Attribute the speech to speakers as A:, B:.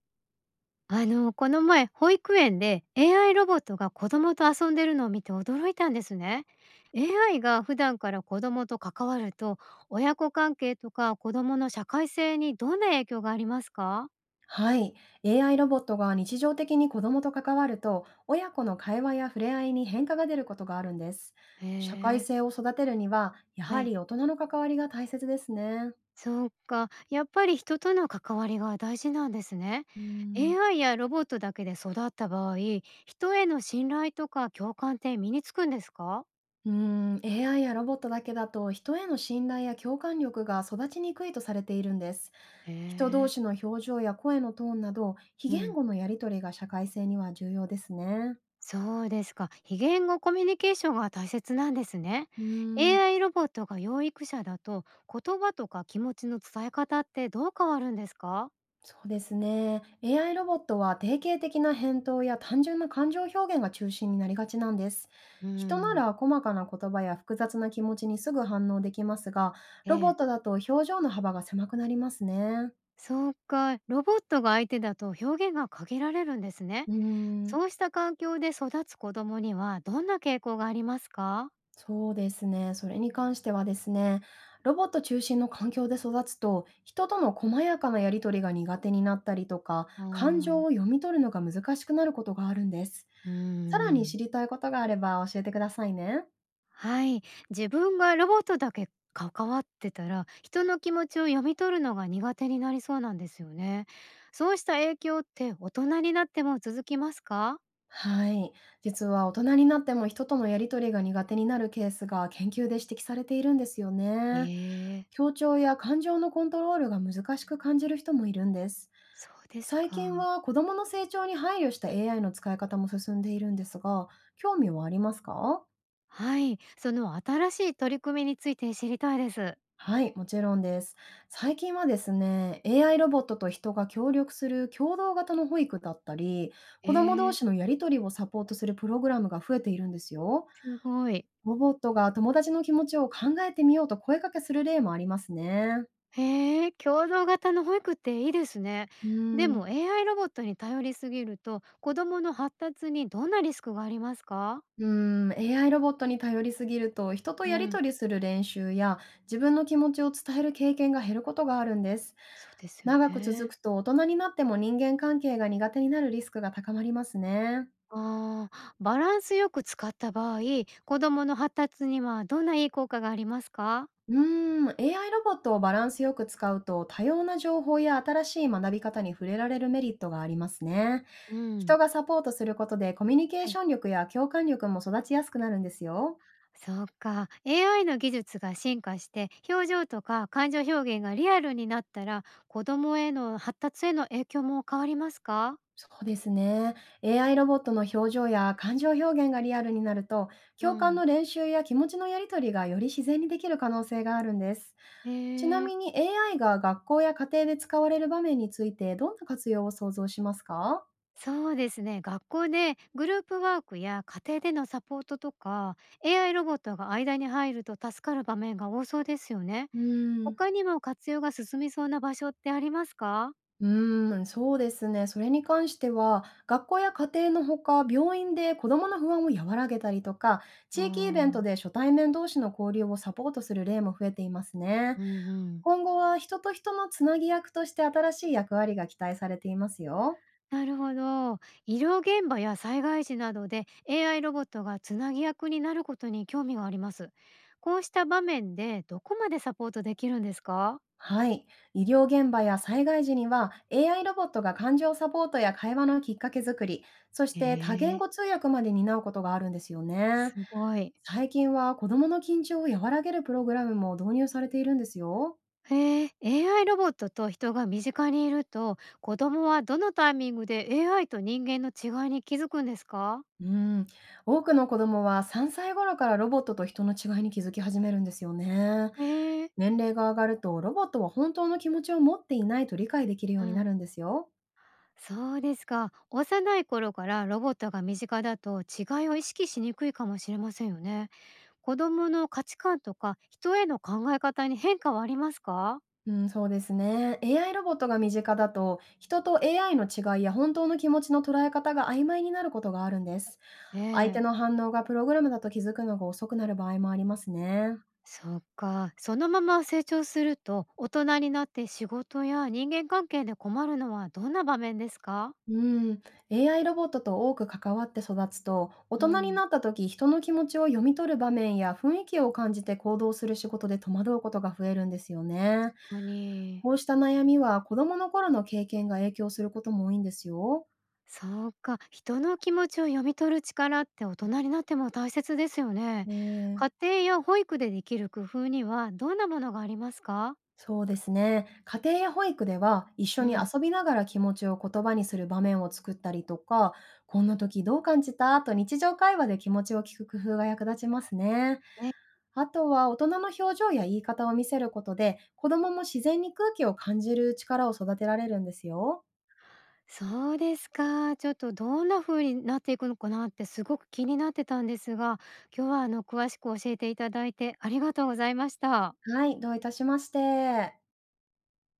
A: この前、保育園で AI ロボットが子供と遊んでるのを見て驚いたんですね。AI が普段から子供と関わると、親子関係とか子供の社会性にどんな影響がありますか？
B: はい。AI ロボットが日常的に子供と関わると、親子の会話や触れ合いに変化が出ることがあるんです。
A: へ
B: 社会
A: え、
B: 性を育てるには、や
A: は
B: は
A: い。
B: り大人の関わりが大切ですね。
A: そうか、やっぱり人との関わりが大事なんですね。
B: うーん、
A: AI やロボットだけで育った場合、人への信頼とか共感って身につくんですか？
B: うーん、AI やロボットだけだと人への信頼や共感力が育ちにくいとされているんです。
A: へ
B: 人同
A: え、
B: 士の表情や声のトーンなど、非
A: う
B: 言
A: ん。
B: 語のやり取りが社会性には重要ですね。
A: そうですか。非言語コミュニケーションが大切なんですね。
B: うーん、
A: AI ロボットが養育者だと、言葉とか気持ちの伝え方ってどう変わるんですか？
B: そうですね。AI ロボットは定型的な返答や単純な感情表現が中心になりがちなんです。
A: う
B: 人な
A: ん。
B: ら細かな言葉や複雑な気持ちにすぐ反応できますが、
A: え
B: ロボッ
A: え。
B: トだと表情の幅が狭くなりますね。
A: そうか。ロボットが相手だと表現が限られるんですね。
B: うーん、
A: そうした環境で育つ子供にはどんな傾向がありますか？
B: そうですね。それに関してはですね、ロボット中心の環境で育つと、人との細やかなやり取りが苦手になったりとか、
A: あ
B: 感
A: あ
B: 情を
A: ー。
B: 読み取るのが難しくなることがあるんです。
A: うー
B: さらに知
A: ん。
B: りたいことがあれば教えてくださいね。
A: はい、自分がロボットだけ関わってたら人の気持ちを読み取るのが苦手になりそうなんですよね。そうした影響って大人になっても続きますか？
B: はい。実は大人になっても人とのやりとりが苦手になるケースが研究で指摘されているんですよね。
A: えー、
B: 協調や感情のコントロールが難しく感じる人もいるんです。
A: そうです
B: 最近
A: か。
B: は子供の成長に配慮した AI の使い方も進んでいるんですが、興味はありますか？
A: はい、その新しい取り組みについて知りたいです。
B: はい、もちろんです。最近はですね、AI ロボットと人が協力する共同型の保育だったり、子供同
A: えー、
B: 士のやりとりをサポートするプログラムが増えているんですよ。
A: すごい。
B: ロボットが友達の気持ちを考えてみようと声かけする例もありますね。
A: へえー、共同型の保育っていいですね。
B: う
A: で
B: ーん、
A: も AI ロボットに頼りすぎると子供の発達にどんなリスクがありますか？
B: うーん、AI ロボットに頼りすぎると人と
A: う
B: やり
A: ん、
B: 取りする練習や自分の気持ちを伝える経験が減ることがあるんです。
A: そうですよ
B: 長く続
A: ね。
B: くと大人になっても人間関係が苦手になるリスクが高まりますね。
A: ああ、バランスよく使った場合、子供の発達にはどんないい効果がありますか？
B: うーん、AI ロボットをバランスよく使うと多様な情報や新しい学び方に触れられるメリットがありますね。
A: う
B: 人
A: ん。
B: がサポートすることでコミュニケー
A: は
B: シ
A: い、
B: ョン力や共感力も育ちやすくなるんですよ。
A: そうか。AI の技術が進化して、表情とか感情表現がリアルになったら、子供への発達への影響も変わりますか？
B: そうですね。AI ロボットの表情や感情表現がリアルになると、
A: う
B: 共感
A: ん。
B: の練習や気持ちのやり取りがより自然にできる可能性があるんです。
A: え
B: ちな
A: え、
B: みに AI が学校や家庭で使われる場面についてどんな活用を想像しますか？
A: そうですね。学校でグループワークや家庭でのサポートとか、AI ロボットが間に入ると助かる場面が多そうですよね。
B: うー
A: 他
B: ん、
A: にも活用が進みそうな場所ってありますか？
B: うーん、そうですね。それに関しては、学校や家庭のほか、病院で子どもの不安を和らげたりとか、
A: あ
B: 地域イベント
A: あ、
B: で初対面同士の交流をサポートする例も増えていますね。
A: うんうん。
B: 今後は人と人のつなぎ役として新しい役割が期待されていますよ。
A: なるほど。医療現場や災害時などで AI ロボットがつなぎ役になることに興味があります。こうした場面でどこまでサポートできるんですか？
B: はい。医療現場や災害時には AI ロボットが感情サポートや会話のきっかけ作り、そし
A: へ
B: て多言
A: え。
B: 語通訳まで担うことがあるんですよね。
A: すごい。
B: 最近は子どもの緊張を和らげるプログラムも導入されているんですよ。
A: へえ、AI ロボットと人が身近にいると、子供はどのタイミングで AI と人間の違いに気づくんですか？
B: うん、多くの子どもは3歳頃からロボットと人の違いに気づき始めるんですよね。
A: へえ。
B: 年齢が上がるとロボットは本当の気持ちを持っていないと理解できるよう
A: う
B: にな
A: ん、
B: るんですよ。
A: そうですか。幼い頃からロボットが身近だと違いを意識しにくいかもしれませんよね。子供の価値観とか人への考え方に変化はありますか？
B: うん、そうですね。AI ロボットが身近だと人と AI の違いや本当の気持ちの捉え方が曖昧になることがあるんです。
A: え
B: 相手
A: え。
B: の反応がプログラムだと気づくのが遅くなる場合もありますね。
A: そっか。そのまま成長すると大人になって仕事や人間関係で困るのはどんな場面ですか？
B: うーん、AI ロボットと多く関わって育つと、大
A: う
B: 人に
A: ん。
B: なった時、人の気持ちを読み取る場面や雰囲気を感じて行動する仕事で戸惑うことが増えるんですよね。
A: 本当に
B: こうした悩みは子供の頃の経験が影響することも多いんですよ。
A: そうか、人の気持ちを読み取る力って大人になっても大切ですよね。
B: ね、
A: 家
B: え、
A: 庭や保育でできる工夫にはどんなものがありますか？
B: そうですね。家庭や保育では一緒に
A: うん、
B: 遊びながら気持ちを言葉にする場面を作ったりとか、こんな時どう感じたと日常会話で気持ちを聞く工夫が役立ちますね。
A: ね、
B: あとは大人の表情や言い方を見せることで、子供も自然に空気を感じる力を育てられるんですよ。
A: そうですか。ちょっとどんな風になっていくのかなってすごく気になってたんですが、今日は詳しく教えていただいてありがとうございました。
B: はい、どういたしまして。